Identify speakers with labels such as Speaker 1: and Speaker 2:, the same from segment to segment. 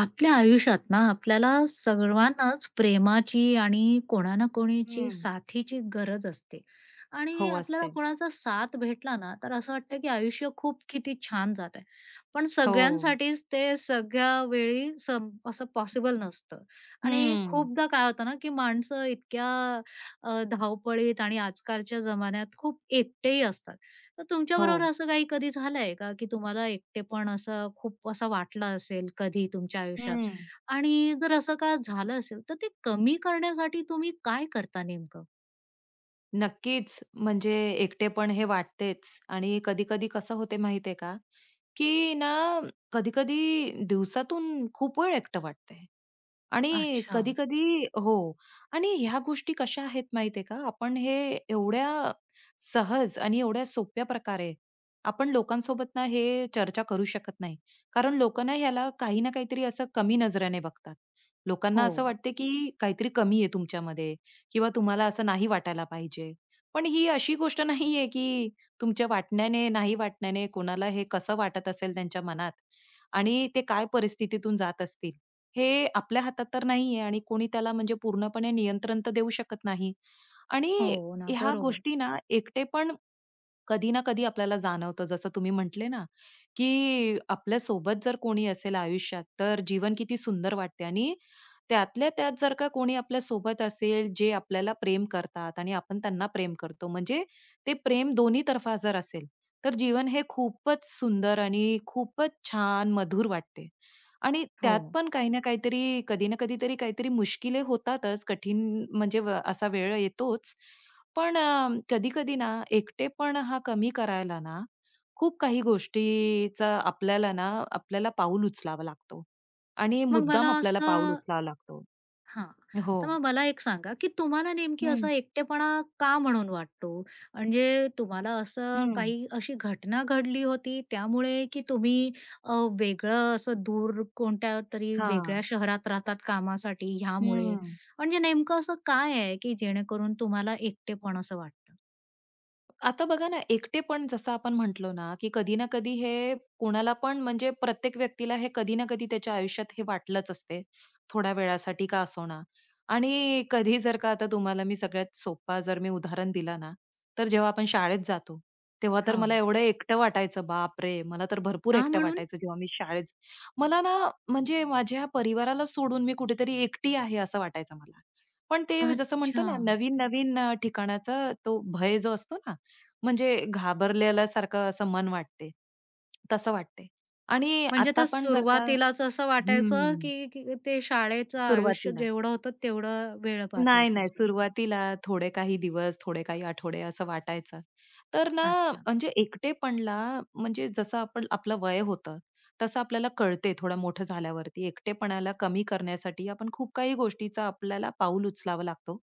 Speaker 1: आपल्या आयुष्यात ना आपल्याला सर्वांनाच प्रेमाची आणि कोणा ना कोणीची
Speaker 2: हं.
Speaker 1: साथीची गरज असते. आणि
Speaker 2: हो,
Speaker 1: आपल्याला
Speaker 2: असते.
Speaker 1: कोणाचा साथ भेटला ना तर असं वाटतं की आयुष्य खूप किती छान जात आहे. पण
Speaker 2: हो.
Speaker 1: सगळ्यांसाठीच ते सगळ्या वेळी सम असं पॉसिबल नसतं. आणि
Speaker 2: हं.
Speaker 1: खूपदा काय होतं ना की माणसं इतक्या धावपळीत आणि आजकालच्या जमान्यात खूप एकटेही असतात. तर
Speaker 2: हो.
Speaker 1: तुमच्याबरोबर असं काही कधी झालंय का, की तुम्हाला एकटेपण असं खूप असं वाटलं असेल कधी तुमच्या आयुष्यात?
Speaker 2: हं.
Speaker 1: आणि जर असं का झालं असेल, तर ते कमी करण्यासाठी तुम्ही काय करता नेमकं?
Speaker 2: नक्कीच. म्हणजे एकटेपण हे वाटतेच आणि कधी-कधी कसं होते माहितीये का, की ना कधी-कधी दिवसातून खूप वेळ एकटं वाटतंय आणि
Speaker 1: अच्छा.
Speaker 2: कधी-कधी हो. आणि ह्या गोष्टी कशा आहेत माहितीये का, आपण हे एवढ्या सहज आणि एवढ्या सोप्या प्रकारे आपण लोकांसोबत ना हे चर्चा करू शकत नाही. कारण लोकं ना ह्याला काही ना काहीतरी असं कमी नजरेने बघतात. लोकांना
Speaker 1: हो,
Speaker 2: असं वाटते, की काहीतरी कमी आहे तुमच्यामध्ये किंवा तुम्हाला असं नाही वाटायला पाहिजे. पण ही अशी गोष्ट नाहीये, की तुमच्या वाटण्याने, नाही वाटण्याने कोणाला हे कसं वाटत असेल त्यांच्या मनात आणि ते काय परिस्थितीतून जात असतील, हे आपल्या हातात तर नाहीये आणि कोणी त्याला म्हणजे पूर्णपणे नियंत्रण तर देऊ शकत नाही. आणि
Speaker 1: हो ना.
Speaker 2: ह्या
Speaker 1: बरोबर.
Speaker 2: गोष्टी ना एकटेपण कधी ना कधी आपल्याला जाणवतं जसं तुम्ही म्हटले ना, की आपल्या सोबत जर कोणी असेल आयुष्यात तर जीवन किती सुंदर वाटते आणि त्यातल्या त्यात जर का कोणी आपल्या सोबत असेल जे आपल्याला प्रेम करतात आणि आपण त्यांना प्रेम करतो म्हणजे ते प्रेम दोन्ही तर्फा जर असेल, तर जीवन हे खूपच सुंदर आणि खूपच छान मधुर वाटते. आणि
Speaker 1: हो.
Speaker 2: त्यात पण काही ना काहीतरी, कधी ना कधीतरी काहीतरी मुश्किली होतातच, कठीण म्हणजे असा वेळ येतोच. पण कधी-कधी ना एकटेपण हा कमी करायला ना, खूप काही गोष्टीचा आपल्याला ना, आपल्याला पाऊल उचलावा लागतो आणि
Speaker 1: मग
Speaker 2: मुद्दाम
Speaker 1: मला
Speaker 2: आपल्याला पाऊल
Speaker 1: असं
Speaker 2: उचलावा लागतो.
Speaker 1: हां.
Speaker 2: हो.
Speaker 1: तर मग मला एक सांगा, की तुम्हाला नेमकी
Speaker 2: हं,
Speaker 1: असा एकटेपणा का म्हणून वाटतो? म्हणजे तुम्हाला असं
Speaker 2: हं.
Speaker 1: काही अशी घटना घडली होती त्यामुळे, की तुम्ही अ, वेगळं असं दूर कोणत्या तरी वेगळ्या
Speaker 2: हां.
Speaker 1: शहरात राहतात कामासाठी ह्यामुळे?
Speaker 2: हं.
Speaker 1: म्हणजे नेमकं असं काय आहे, की जेणेकरून तुम्हाला एकटेपण असं वाटतं?
Speaker 2: आता बघा ना, एकटेपण जसं आपण म्हटलो ना, की कधी ना कधी हे कोणाला पण म्हणजे प्रत्येक व्यक्तीला हे कधी ना कधी त्याच्या आयुष्यात हे वाटलंच असते, थोड्या वेळासाठी का असो ना आणि कधी जर का आता तुम्हाला मी सगळ्यात सोपा जर मी उदाहरण दिला ना, तर जेव्हा आपण शाळेत जातो, तेव्हा तर मला
Speaker 1: हो.
Speaker 2: एवढं एकटं वाटायचं, बापरे! मला तर भरपूर
Speaker 1: का
Speaker 2: एकटं
Speaker 1: म्हणून?
Speaker 2: वाटायचं जेव्हा मी शाळेत मला ना, म्हणजे माझ्या परिवाराला सोडून मी कुठेतरी एकटी आहे असं वाटायचं मला. पण ते जसं म्हणतो
Speaker 1: अच्छा.
Speaker 2: ना, नवीन-नवीन ठिकाणाचा तो भय जो असतो ना म्हणजे घाबरलेल्यासारखं असं मन वाटते. तसं वाटते आणि
Speaker 1: म्हणजे
Speaker 2: आता
Speaker 1: तर
Speaker 2: पण जर का
Speaker 1: सुरुवातीलाच असं वाटायचं,
Speaker 2: हं,
Speaker 1: की की ते शाळेचं आयुष्य
Speaker 2: सुरुवातीला.
Speaker 1: जेवढं होतं तेवढं वेळ
Speaker 2: नाही,
Speaker 1: वाटायचं
Speaker 2: नाही.
Speaker 1: असं.
Speaker 2: सुरुवातीला थोडे काही दिवस, थोडे काही आठवडे असं वाटायचं. तर ना
Speaker 1: अच्छा.
Speaker 2: म्हणजे एकटेपणला म्हणजे जसं आपण आपलं वय होतं, तसं आपल्याला कळते थोडं मोठं झाल्यावरती. एकटेपणाला कमी करण्यासाठी आपण खूप काही गोष्टीचा आपल्याला पाऊल उचलावा लागतो.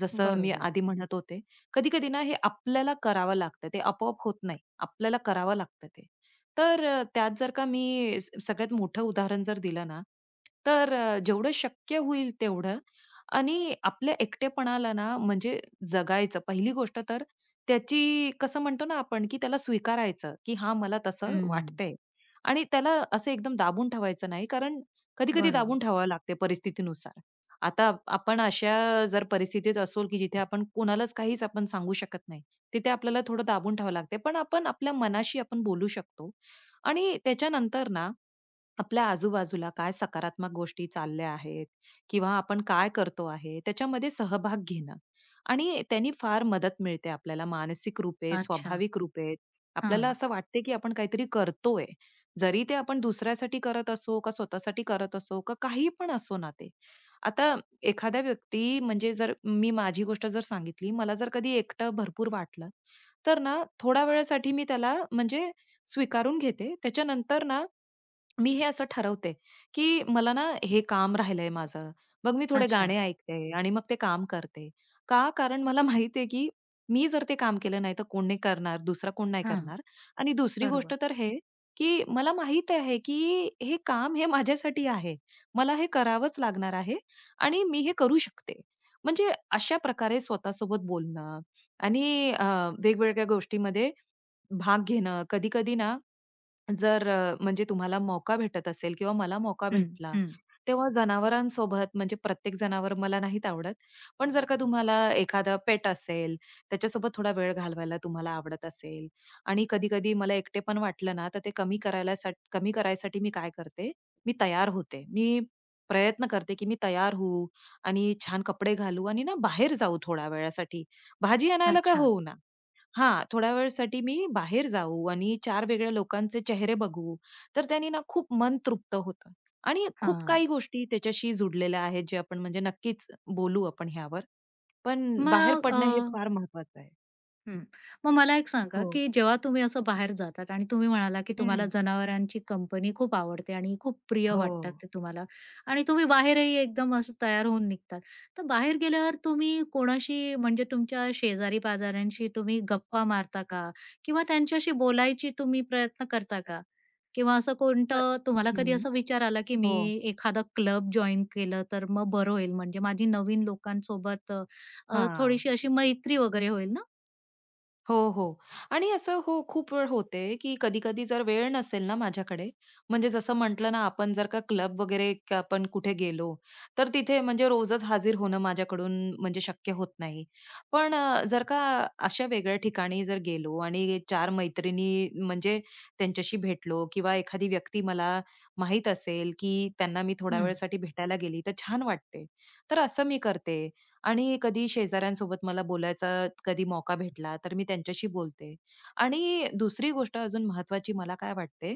Speaker 2: जसं मी
Speaker 1: बरोबर.
Speaker 2: आधी म्हणत होते, कधी-कधी ना हे आपल्याला करावं लागतं. ते आपोआप होत नाही. आपल्याला करावं लागतं ते. तर त्यात जर का मी सगळ्यात मोठं उदाहरण जर दिलं ना, तर जेवढं शक्य होईल तेवढं आणि आपल्या एकटेपणाला ना म्हणजे जगायचं. पहिली गोष्ट तर त्याची कसं म्हणतो ना आपण, की त्याला स्वीकारायचं, की हां, मला तसं
Speaker 1: हं.
Speaker 2: वाटतंय. आणि त्याला असं एकदम दाबून ठेवायचं नाही, कारण कधी-कधी
Speaker 1: बरोबर.
Speaker 2: दाबून ठेवावं लागते परिस्थितीनुसार. आता आपण अशा जर परिस्थितीत असू, की जिथे आपण कोणालाच काहीच आपण सांगू शकत नाही. तिथे आपल्याला थोडं दाबून ठेवावं लागते. पण आपण आपल्या मनाशी आपण बोलू शकतो. आणि त्याच्यानंतर ना आपल्या आजूबाजूला काय सकारात्मक गोष्टी चालल्या आहेत किंवा आपण काय करतो आहे त्याच्यामध्ये सहभाग घेणं आणि त्यांनी फार मदत मिळते आपल्याला मानसिक रूपे
Speaker 1: अच्छा.
Speaker 2: स्वाभाविक रूपे आपल्याला
Speaker 1: हां.
Speaker 2: असं वाटते की आपण काहीतरी करतोय जरी ते आपण दुसऱ्यासाठी करत असो का स्वतःसाठी करत असो का काही पण असो ना ते आता एखाद्या व्यक्ती म्हणजे जर मी माझी गोष्ट जर सांगितली मला जर कधी एकटं भरपूर वाटलं तर ना थोड्या वेळासाठी मी त्याला म्हणजे स्वीकारून घेते त्याच्यानंतर ना मी हे असं ठरवते, की मला ना हे काम राहिलंय माझं. मग मी थोडे
Speaker 1: अच्छा.
Speaker 2: गाणे ऐकते आणि मग ते काम करते. का? कारण मला माहिती आहे, की मी जर ते काम केलं नाही तर कोण नाही करणार, दुसरा कोण नाही
Speaker 1: हां.
Speaker 2: करणार. आणि दुसरी गोष्ट
Speaker 1: बरोबर.
Speaker 2: तर हे, की मला माहित आहे, की हे काम हे माझ्यासाठी आहे. मला हे करावंच लागणार आहे आणि मी हे करू शकते. म्हणजे अशा प्रकारे स्वतःसोबत बोलणं आणि अ, वेगवेगळ्या गोष्टीमध्ये भाग घेणं. कधी-कधी ना जर म्हणजे तुम्हाला मौका भेटत असेल किंवा मला मौका
Speaker 1: हं,
Speaker 2: भेटला,
Speaker 1: हं.
Speaker 2: तेव्हा जनावरांसोबत म्हणजे प्रत्येक जनावर मला नाहीत आवडत. पण जर का तुम्हाला एखादा पेट असेल, त्याच्यासोबत थोडा वेळ घालवायला तुम्हाला आवडत असेल आणि कधी-कधी मला एकटेपण वाटलं ना, तर ते कमी करायला कमी करायसाठी मी काय करते, मी तयार होते. मी प्रयत्न करते, की मी तयार होऊ आणि छान कपडे घालू आणि ना बाहेर जाऊ थोड्या वेळासाठी. भाजी आणायला का
Speaker 1: अच्छा.
Speaker 2: होईना. हां, थोड्या वेळसाठी मी बाहेर जाऊ आणि चार वेगळ्या लोकांचे चेहरे बघू. तर त्याने ना खूप मन तृप्त होतं आणि खूप
Speaker 1: हां.
Speaker 2: काही गोष्टी त्याच्याशी जुडलेल्या आहेत, जे आपण म्हणजे नक्कीच बोलू आपण ह्यावर. पण बाहेर
Speaker 1: मग अ,
Speaker 2: पडणं हे फार महत्वाचं आहे.
Speaker 1: हं. मग मला एक सांगा,
Speaker 2: हो.
Speaker 1: की जेव्हा तुम्ही असं बाहेर जातात आणि तुम्ही म्हणाला, की तुम्हाला
Speaker 2: हं.
Speaker 1: जनावरांची कंपनी खूप आवडते आणि खूप प्रिय
Speaker 2: हो.
Speaker 1: वाटतात ते तुम्हाला. आणि तुम्ही बाहेरही एकदम असं तयार होऊन निघतात. तर बाहेर गेल्यावर तुम्ही कोणाशी म्हणजे तुमच्या शेजारी-पाजाऱ्यांशी तुम्ही गप्पा मारता का? किंवा त्यांच्याशी बोलायची तुम्ही प्रयत्न करता का? किंवा असं
Speaker 2: क
Speaker 1: कोणतं तुम्हाला
Speaker 2: हं.
Speaker 1: कधी असा विचार आला, की
Speaker 2: हो.
Speaker 1: मी एखादा क्लब जॉइन केलं तर मग बरं होईल म्हणजे माझी नवीन लोकांसोबत अ, अ,
Speaker 2: हां.
Speaker 1: थोडीशी अशी मैत्री वगैरे होईल ना?
Speaker 2: हो, हो. आणि असं हो, खूप वेळ होते, की कधी-कधी जर वेळ नसेल ना माझ्याकडे, म्हणजे जसं म्हटलं ना, आपण जर का क्लब वगैरे आपण कुठे गेलो, तर तिथे म्हणजे रोजच हाजीर होणं माझ्याकडून म्हणजे शक्य होत नाही. पण जर का अशा वेगळ्या ठिकाणी जर गेलो आणि चार मैत्रिणी म्हणजे त्यांच्याशी भेटलो किंवा एखादी व्यक्ती मला माहीत असेल, की त्यांना मी थोड्या
Speaker 1: हं.
Speaker 2: वेळासाठी भेटायला गेली, तर छान वाटते. तर असं मी करते. आणि कधी शेजाऱ्यांसोबत मला बोलायचा कधी मौका भेटला, तर मी त्यांच्याशी बोलते. आणि दुसरी गोष्ट अजून महत्वाची मला काय वाटते,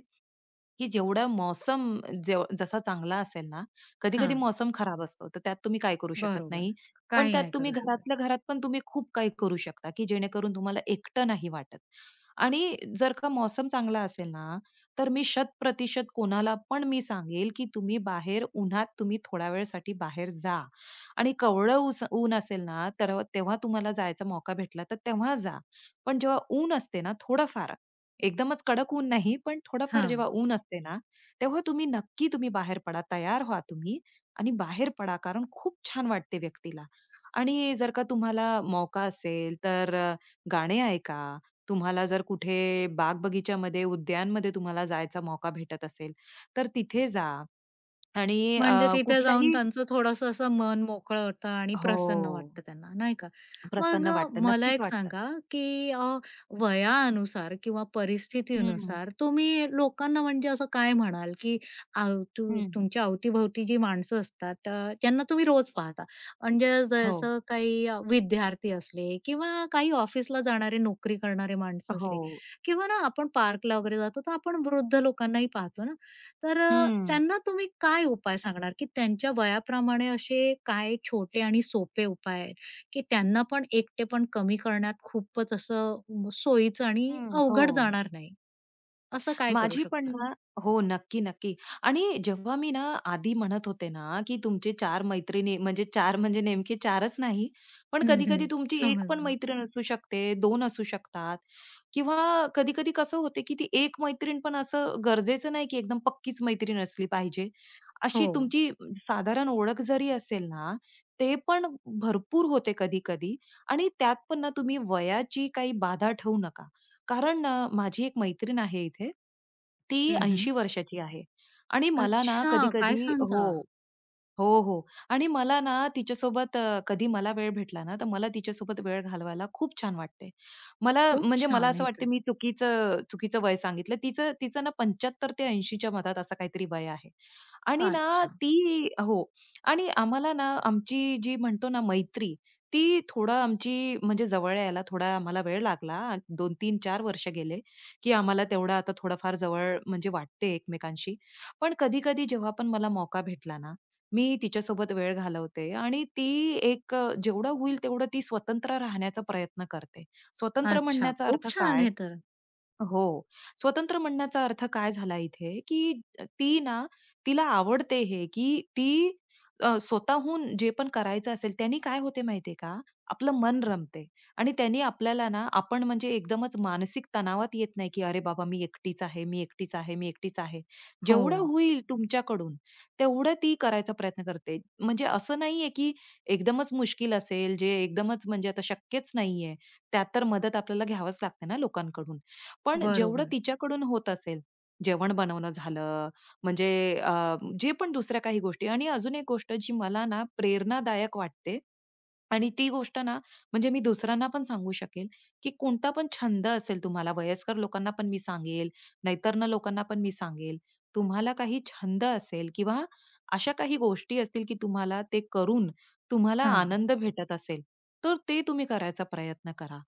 Speaker 2: की जेवढा मौसम जसा चांगला असेल ना, कधी-कधी
Speaker 1: हां.
Speaker 2: मौसम खराब असतो, तर त्यात तुम्ही काय करू शकत
Speaker 1: बरोबर.
Speaker 2: नाही. पण
Speaker 1: काही
Speaker 2: त्यात
Speaker 1: नाही
Speaker 2: तुम्ही
Speaker 1: करू शकत.
Speaker 2: घरातल्या घरात पण तुम्ही खूप काही करू शकता, की जेणेकरून तुम्हाला एकटं नाही वाटत. आणि जर का मौसम चांगला असेल ना, तर मी शत-प्रतिशत कोणाला पण मी सांगेल, की तुम्ही बाहेर उन्हात तुम्ही थोड्या वेळसाठी बाहेर जा. आणि कवळं ऊन असेल ना, तर तेव्हा तुम्हाला जायचा मौका भेटला, तर तेव्हा जा. पण जेव्हा ऊन असते ना थोडंफार, एकदमच कडक ऊन नाही, पण थोडंफार जेव्हा
Speaker 1: हां.
Speaker 2: ऊन असते ना, तेव्हा तुम्ही नक्की तुम्ही बाहेर पडा. तयार व्हा तुम्ही आणि बाहेर पडा, कारण खूप छान वाटते व्यक्तीला. आणि जर का तुम्हाला मौका असेल, तर गाणे ऐका. तुम्हाला जर कुठे बाग-बगीच्यामध्ये, उद्यानमध्ये तुम्हाला जायचा मौका भेटत असेल, तर तिथे जा आणि
Speaker 1: म्हणजे तिथे जाऊन
Speaker 2: कुठलाही
Speaker 1: त्यांचं थोडंसं असं मन मोकळं होतं आणि प्रसन्न
Speaker 2: हो.
Speaker 1: वाटतं त्यांना, नाही का? मग
Speaker 2: प्रसन्न वाटतं,
Speaker 1: मला
Speaker 2: नक्कीच
Speaker 1: एक
Speaker 2: वाटतं.
Speaker 1: सांगा, की वयानुसार किंवा
Speaker 2: हं,
Speaker 1: परिस्थितीनुसार तुम्ही लोकांना म्हणजे असं काय म्हणाल, की अव तू
Speaker 2: हं.
Speaker 1: तुमच्या अवतीभोवती जी माणसं असतात त्यांना तुम्ही रोज पाहता. म्हणजे
Speaker 2: हो,
Speaker 1: जसं काही विद्यार्थी असले किंवा काही ऑफिसला जाणारे, नोकरी करणारे माणसं असले
Speaker 2: हो.
Speaker 1: किंवा ना आपण पार्कला वगैरे जातो, तर आपण वृद्ध लोकांनाही पाहतो ना. तर
Speaker 2: हं,
Speaker 1: त्यांना तुम्ही काय उपाय सांगणार, की त्यांच्या वयाप्रमाणे असे काय छोटे आणि सोपे उपाय आहेत, की त्यांना पण एकटेपण कमी करण्यात खूपच असं सोयीचं आणि
Speaker 2: हं.
Speaker 1: अवघड
Speaker 2: हो.
Speaker 1: जाणार नाही, असं काय करू
Speaker 2: माझी पण
Speaker 1: शकता?
Speaker 2: ना हो, नक्की, नक्की. आणि जेव्हा मी ना आधी म्हणत होते ना, की तुमचे चार मैत्रिणी म्हणजे 4 म्हणजे नेमके 4च नाही, पण
Speaker 1: हं, हं.
Speaker 2: कधी-कधी तुमची एक पण
Speaker 1: समजलं.
Speaker 2: मैत्रीण असू शकते, 2 असू शकतात किंवा कधी-कधी कसं होते, की ती 1 मैत्रीण पण असं गरजेचं नाही, की एकदम पक्कीच मैत्रीण असली पाहिजे. अशी
Speaker 1: हो.
Speaker 2: तुमची साधारण ओळख जरी असेल ना, ते पण भरपूर होते कधी-कधी आणि त्यात पण ना तुम्ही वयाची काही बाधा ठेवू नका. कारण माझी एक मैत्रीण आहे इथे. ती
Speaker 1: हं, हं.
Speaker 2: 80 वर्षाची आहे आणि मला ना
Speaker 1: अच्छा, काय
Speaker 2: कधी-कधी हो.
Speaker 1: सांगता?
Speaker 2: हो, हो. आणि मला ना तिच्यासोबत कधी मला वेळ भेटला ना, तर मला तिच्यासोबत वेळ घालवायला खूप छान वाटते. मला
Speaker 1: खूप
Speaker 2: म्हणजे मला
Speaker 1: छान
Speaker 2: असं
Speaker 1: हे तर.
Speaker 2: वाटतं मी चुकीचं चुकीचं वय सांगितलं. तिचं तिचं ना 75 ते 80 च्या मधात असं काहीतरी वय आहे. आणि ना
Speaker 1: अच्छा,
Speaker 2: ती हो. आणि आम्हाला ना आमची जी म्हणतो ना मैत्री, ती थोडं आमची म्हणजे जवळ यायला थोडा आम्हाला वेळ लागला. 2, 3, 4 वर्ष गेले, की आम्हाला तेवढं आता थोडंफार जवळ म्हणजे वाटते एकमेकांशी. पण कधी-कधी जेव्हा पण मला मौका भेटला ना, मी तिच्यासोबत वेळ घालवते आणि ती एक जेवढं होईल तेवढं ती स्वतंत्र राहण्याचा प्रयत्न करते. स्वतंत्र
Speaker 1: अच्छा.
Speaker 2: म्हणण्याचा
Speaker 1: खूप
Speaker 2: अर्थ
Speaker 1: छान
Speaker 2: काय?
Speaker 1: हे तर.
Speaker 2: हो. स्वतंत्र म्हणण्याचा अर्थ काय झाला इथे, की ती ना तिला आवडते हे, की ती स्वतःहून जे पण करायचं असेल त्यानी काय होते माहितीये का, आपलं मन रमते आणि त्यानी आपल्याला ना आपण म्हणजे एकदमच मानसिक तणावात येत नाही, की "अरे बाबा मी एकटीच आहे, मी एकटीच आहे, मी एकटीच आहे."
Speaker 1: हो.
Speaker 2: जेवढं होईल तुमच्याकडून तेवढं ती करायचा प्रयत्न करते. म्हणजे असं नाहीये, की एकदमच मुश्किल असेल, जे एकदमच म्हणजे आता शक्यच नाहीये, त्यात तर मदत आपल्याला घ्यावंच लागते ना लोकांकडून. पण जेवढं
Speaker 1: बरोबर.
Speaker 2: तिच्याकडून होत असेल, जेवण बनवणं झालं, म्हणजे जे पण दुसऱ्या काही गोष्टी आणि अजून एक गोष्ट जी मला ना प्रेरणादायक वाटते, आणि ती गोष्ट ना, म्हणजे मी दुसऱ्यांना पण सांगू शकेल, की कोणता पण छंद असेल तुम्हाला, वयस्कर लोकांना पण मी सांगेल, नैतर्ण लोकांना पण मी सांगेल. तुम्हाला काही छंद असेल किंवा अशा काही गोष्टी असतील, की तुम्हाला ते करून तुम्हाला
Speaker 1: हां.
Speaker 2: आनंद भेटत असेल, तर ते तुम्ही करायचा प्रयत्न करा.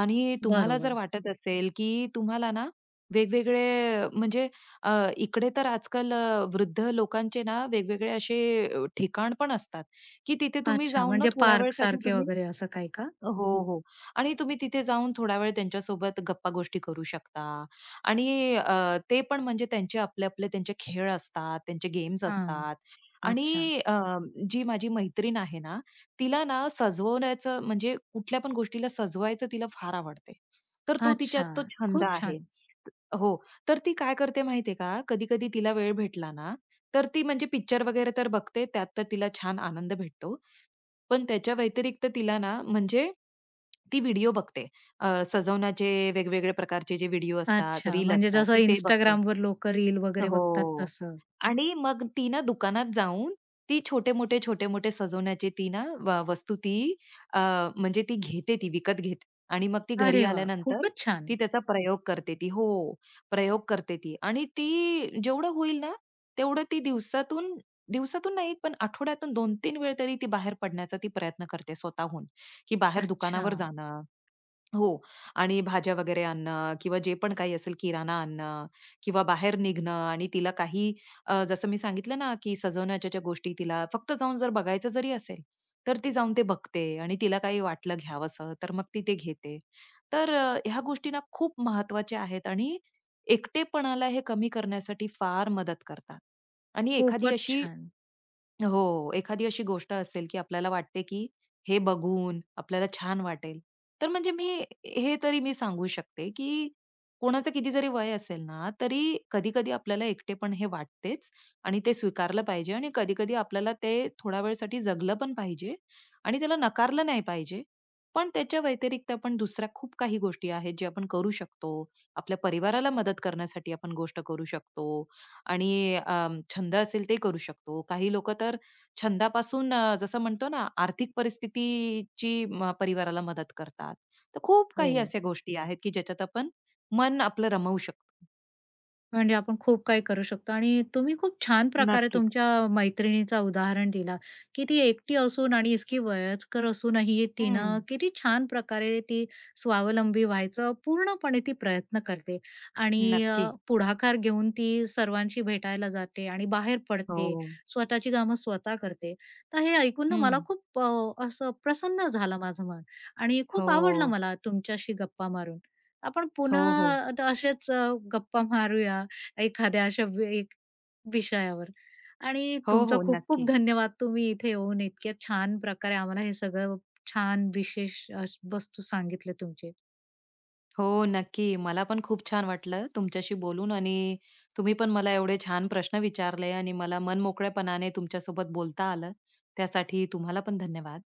Speaker 2: आणि तुम्हाला जर
Speaker 1: बरोबर.
Speaker 2: वाटत असेल, की तुम्हाला ना वेगवेगळे म्हणजे अ, इकडे तर आजकाल वृद्ध लोकांचे ना वेगवेगळे असे ठिकाण पण असतात. की तिथे तुम्ही
Speaker 1: अच्छा,
Speaker 2: जाऊन ना
Speaker 1: म्हणजे
Speaker 2: थोड्या वेळसाठी
Speaker 1: पार्कसारखे
Speaker 2: तुम्ही
Speaker 1: वगैरे असं काही का?
Speaker 2: हो, हो. आणि तुम्ही तिथे जाऊन थोडा वेळ त्यांच्यासोबत गप्पा-गोष्टी करू शकता आणि अ, ते पण म्हणजे त्यांचे आपले-आपले त्यांचे खेळ असतात, त्यांचे गेम्स
Speaker 1: हां.
Speaker 2: असतात
Speaker 1: अच्छा.
Speaker 2: आणि जी माझी मैत्रीण आहे ना, तिला ना सजवण्याचं म्हणजे कुठल्या पण गोष्टीला सजवायचं तिला फार आवडते. तर तो तिच्यात
Speaker 1: अच्छा.
Speaker 2: तो छंद
Speaker 1: खूप
Speaker 2: आहे.
Speaker 1: छान.
Speaker 2: हो. तर ती काय करते माहिती का, कधी-कधी तिला वेळ भेटला ना, तर ती म्हणजे पिक्चर वगैरे तर बघते, त्यात तर तिला छान आनंद भेटतो. पण त्याच्या व्यतिरिक्त तिला ना म्हणजे ती व्हिडिओ बघते. सजवण्याचे वेगवेगळे प्रकारचे जे व्हिडिओ असतात,
Speaker 1: अच्छा.
Speaker 2: रील
Speaker 1: म्हणजे
Speaker 2: असतात,
Speaker 1: जसं
Speaker 2: ती ते बघते.
Speaker 1: Instagramवर लोकं रील वगैरे बघतात
Speaker 2: हो.
Speaker 1: तसं.
Speaker 2: आणि मग ती ना दुकानात जाऊन ती छोटे-मोठे, छोटे-मोठे सजवण्याची ती ना वस्तू ती अ, म्हणजे ती विकत घेते आणि मग ती घरी
Speaker 1: अरे वाह!
Speaker 2: आल्यानंतर
Speaker 1: खूपच छान.
Speaker 2: ती त्याचा प्रयोग करते ती. हो, प्रयोग करते ती आणि ती जेवढं होईल ना तेवढं ती दिवसातून दिवसातून नाही पण आठवड्यातून 2-3 वेळ तरी ती बाहेर पडण्याचा ती प्रयत्न करते स्वतःहून, की बाहेर
Speaker 1: अच्छा.
Speaker 2: दुकानावर जाणं हो आणि भाज्या वगैरे आणणं किंवा जे पण काही असेल किराणा आणणं किंवा बाहेर निघणं आणि तिला काही जसं मी सांगितलं ना, की सजवण्याच्या ज्या गोष्टी तिला फक्त जाऊन जर बघायचं जरी असेल, तर ती जाऊन ते बघते आणि तिला काही वाटलं घ्यावंसं, तर मग ती ते घेते. तर ह्या गोष्टी ना खूप महत्त्वाच्या आहेत आणि एकटेपणाला हे कमी करण्यासाठी फार मदत करतात. आणि एखादी
Speaker 1: खूपच
Speaker 2: अशी
Speaker 1: छान.
Speaker 2: हो. एखादी अशी गोष्ट असेल, की आपल्याला वाटते, की हे बघून आपल्याला छान वाटेल. तर म्हणजे मी हे तरी मी सांगू शकते, की कोणाचं किती जरी वय असेल ना, तरी कधी-कधी आपल्याला एकटेपण हे वाटतेच आणि ते स्वीकारलं पाहिजे आणि कधी-कधी आपल्याला ते थोड्या वेळसाठी जगलं पण पाहिजे आणि त्याला नकारलं नाही पाहिजे. पण त्याच्या व्यतिरिक्त आपण दुसऱ्या खूप काही गोष्टी आहेत, जे आपण करू शकतो. आपल्या परिवाराला मदत करण्यासाठी आपण गोष्ट करू शकतो. आणि छंद असेल ते करू शकतो. काही लोकं तर छंदापासून जसं म्हणतो ना, आर्थिक परिस्थितीची परिवाराला मदत करतात. तर खूप
Speaker 1: हो.
Speaker 2: काही अशा गोष्टी आहेत, की ज्याच्यात आपण मन आपलं रमवू शकतो.
Speaker 1: म्हणजे आपण खूप काही करू शकतो आणि तुम्ही खूप छान प्रकारे
Speaker 2: नक्कीच.
Speaker 1: तुमच्या मैत्रिणीचं उदाहरण दिला, की ती एकटी असून आणि इतकी वयस्कर असूनही
Speaker 2: हं.
Speaker 1: तिनं किती छान प्रकारे ती स्वावलंबी व्हायचं पूर्णपणे ती प्रयत्न करते आणि
Speaker 2: नक्की.
Speaker 1: पुढाकार घेऊन ती सर्वांशी भेटायला जाते आणि बाहेर पडते,
Speaker 2: हो.
Speaker 1: स्वतःची कामं स्वतः करते. तर हे ऐकून ना मला
Speaker 2: हं.
Speaker 1: खूप असं प्रसन्न झालं माझं मन आणि खूप आवडलं
Speaker 2: हो.
Speaker 1: मला तुमच्याशी गप्पा मारून. आपण
Speaker 2: हो, हो.
Speaker 1: पुन्हा असेच गप्पा मारूया. एखाद्या अशा वि एक विषयावर. आणि
Speaker 2: हो,
Speaker 1: तुमचा
Speaker 2: हो.
Speaker 1: खूप खूप
Speaker 2: नक्की.
Speaker 1: धन्यवाद. तुम्ही इथे येऊन इतक्या छान प्रकारे आम्हाला हे सगळं छान विशेष वस्तू सांगितल्या तुमचे.
Speaker 2: हो, नक्की. मला पण खूप छान वाटलं तुमच्याशी बोलून आणि तुम्ही पण मला एवढे छान प्रश्न विचारले आणि मला मनमोकळेपणाने तुमच्यासोबत बोलता आलं. त्यासाठी तुम्हाला पण धन्यवाद.